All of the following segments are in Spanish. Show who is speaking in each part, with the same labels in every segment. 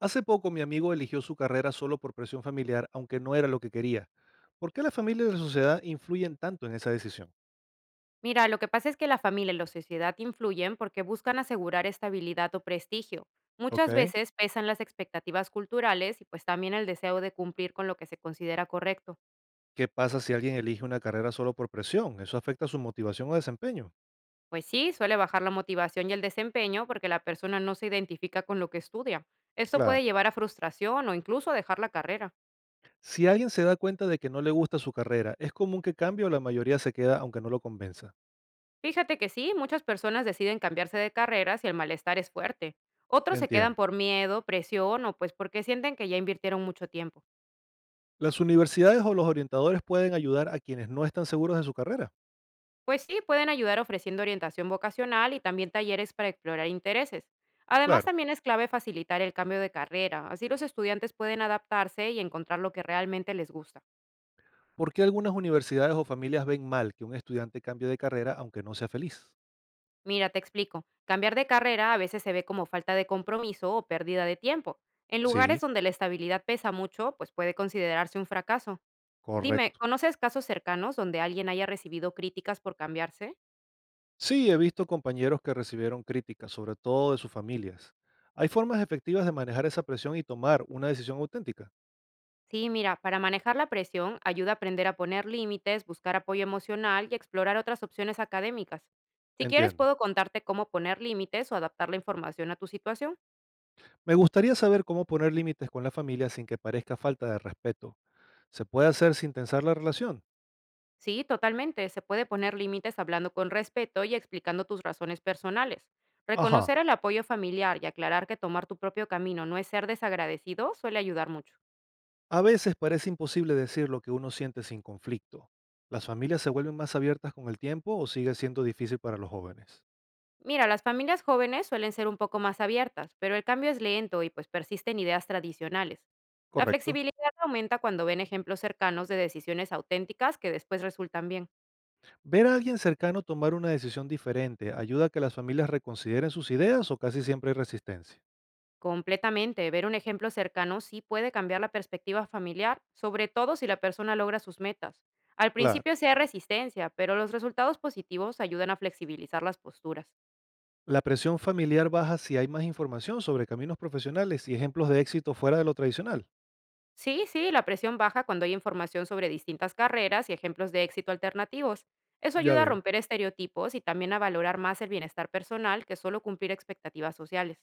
Speaker 1: Hace poco mi amigo eligió su carrera solo por presión familiar, aunque no era lo que quería. ¿Por qué la familia y la sociedad influyen tanto en esa decisión?
Speaker 2: Mira, lo que pasa es que la familia y la sociedad influyen porque buscan asegurar estabilidad o prestigio.
Speaker 1: Ok.
Speaker 2: Muchas veces pesan las expectativas culturales y pues también el deseo de cumplir con lo que se considera correcto.
Speaker 1: ¿Qué pasa si alguien elige una carrera solo por presión? ¿Eso afecta su motivación o desempeño?
Speaker 2: Pues sí, suele bajar la motivación y el desempeño porque la persona no se identifica con lo que estudia. Esto
Speaker 1: Claro.
Speaker 2: puede llevar a frustración o incluso a dejar la carrera.
Speaker 1: Si alguien se da cuenta de que no le gusta su carrera, ¿es común que cambie o la mayoría se queda aunque no lo convenza?
Speaker 2: Fíjate que sí, muchas personas deciden cambiarse de carrera si el malestar es fuerte. Otros se quedan
Speaker 1: Entiendo.
Speaker 2: por miedo, presión o pues porque sienten que ya invirtieron mucho tiempo.
Speaker 1: Las universidades o los orientadores pueden ayudar a quienes no están seguros de su carrera.
Speaker 2: Pues sí, pueden ayudar ofreciendo orientación vocacional y también talleres para explorar intereses. Además,
Speaker 1: Claro.
Speaker 2: también es clave facilitar el cambio de carrera, así los estudiantes pueden adaptarse y encontrar lo que realmente les gusta.
Speaker 1: ¿Por qué algunas universidades o familias ven mal que un estudiante cambie de carrera aunque no sea feliz?
Speaker 2: Mira, te explico, cambiar de carrera a veces se ve como falta de compromiso o pérdida de tiempo. En
Speaker 1: Sí,
Speaker 2: lugares donde la estabilidad pesa mucho, pues puede considerarse un fracaso. Dime,
Speaker 1: correcto.
Speaker 2: ¿conoces casos cercanos donde alguien haya recibido críticas por cambiarse?
Speaker 1: Sí, he visto compañeros que recibieron críticas, sobre todo de sus familias. ¿Hay formas efectivas de manejar esa presión y tomar una decisión auténtica?
Speaker 2: Sí, mira, para manejar la presión ayuda a aprender a poner límites, buscar apoyo emocional y explorar otras opciones académicas. Si quieres,
Speaker 1: Entiendo.
Speaker 2: puedo contarte cómo poner límites o adaptar la información a tu situación.
Speaker 1: Me gustaría saber cómo poner límites con la familia sin que parezca falta de respeto. ¿Se puede hacer sin tensar la relación?
Speaker 2: Sí, totalmente. Se puede poner límites hablando con respeto y explicando tus razones personales.
Speaker 1: Ajá.
Speaker 2: Reconocer el apoyo familiar y aclarar que tomar tu propio camino no es ser desagradecido suele ayudar mucho.
Speaker 1: A veces parece imposible decir lo que uno siente sin conflicto. ¿Las familias se vuelven más abiertas con el tiempo o sigue siendo difícil para los jóvenes?
Speaker 2: Mira, las familias jóvenes suelen ser un poco más abiertas, pero el cambio es lento y pues persisten ideas tradicionales. La
Speaker 1: Correcto.
Speaker 2: flexibilidad aumenta cuando ven ejemplos cercanos de decisiones auténticas que después resultan bien.
Speaker 1: ¿Ver a alguien cercano tomar una decisión diferente ayuda a que las familias reconsideren sus ideas o casi siempre hay resistencia?
Speaker 2: Completamente, ver un ejemplo cercano sí puede cambiar la perspectiva familiar, sobre todo si la persona logra sus metas. Al
Speaker 1: Claro.
Speaker 2: principio sí hay resistencia, pero los resultados positivos ayudan a flexibilizar las posturas.
Speaker 1: ¿La presión familiar baja si hay más información sobre caminos profesionales y ejemplos de éxito fuera de lo tradicional?
Speaker 2: Sí, sí, la presión baja cuando hay información sobre distintas carreras y ejemplos de éxito alternativos. Eso
Speaker 1: Ya
Speaker 2: ayuda a
Speaker 1: veo.
Speaker 2: romper estereotipos y también a valorar más el bienestar personal que solo cumplir expectativas sociales.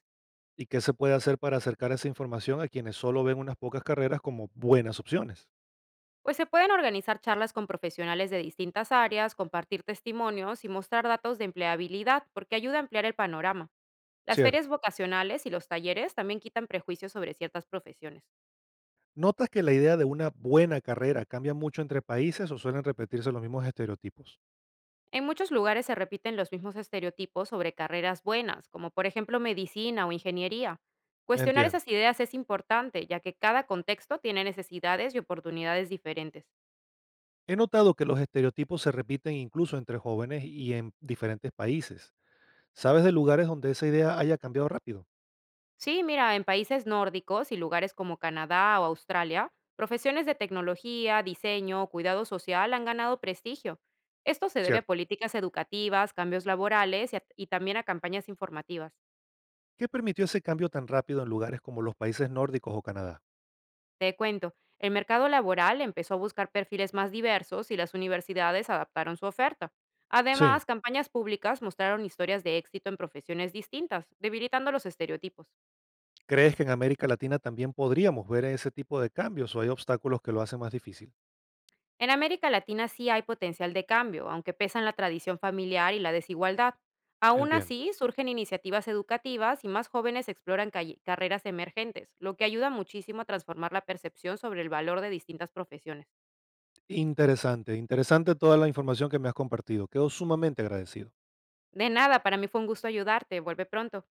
Speaker 1: ¿Y qué se puede hacer para acercar esa información a quienes solo ven unas pocas carreras como buenas opciones?
Speaker 2: Pues se pueden organizar charlas con profesionales de distintas áreas, compartir testimonios y mostrar datos de empleabilidad, porque ayuda a ampliar el panorama. Las ferias
Speaker 1: Cierto.
Speaker 2: vocacionales y los talleres también quitan prejuicios sobre ciertas profesiones.
Speaker 1: ¿Notas que la idea de una buena carrera cambia mucho entre países o suelen repetirse los mismos estereotipos?
Speaker 2: En muchos lugares se repiten los mismos estereotipos sobre carreras buenas, como por ejemplo medicina o ingeniería. Cuestionar
Speaker 1: Entiendo.
Speaker 2: esas ideas es importante, ya que cada contexto tiene necesidades y oportunidades diferentes.
Speaker 1: He notado que los estereotipos se repiten incluso entre jóvenes y en diferentes países. ¿Sabes de lugares donde esa idea haya cambiado rápido?
Speaker 2: Sí, mira, en países nórdicos y lugares como Canadá o Australia, profesiones de tecnología, diseño o cuidado social han ganado prestigio. Esto se debe a
Speaker 1: Cierto.
Speaker 2: políticas educativas, cambios laborales y también a campañas informativas.
Speaker 1: ¿Qué permitió ese cambio tan rápido en lugares como los países nórdicos o Canadá?
Speaker 2: Te cuento, el mercado laboral empezó a buscar perfiles más diversos y las universidades adaptaron su oferta.
Speaker 1: Sí.
Speaker 2: Además, campañas públicas mostraron historias de éxito en profesiones distintas, debilitando los estereotipos.
Speaker 1: ¿Crees que en América Latina también podríamos ver ese tipo de cambios o hay obstáculos que lo hacen más difícil?
Speaker 2: En América Latina sí hay potencial de cambio, aunque pesan la tradición familiar y la desigualdad. Aún
Speaker 1: Entiendo.
Speaker 2: así, surgen iniciativas educativas y más jóvenes exploran carreras emergentes, lo que ayuda muchísimo a transformar la percepción sobre el valor de distintas profesiones.
Speaker 1: Interesante, interesante toda la información que me has compartido. Quedo sumamente agradecido.
Speaker 2: De nada, para mí fue un gusto ayudarte. Vuelve pronto.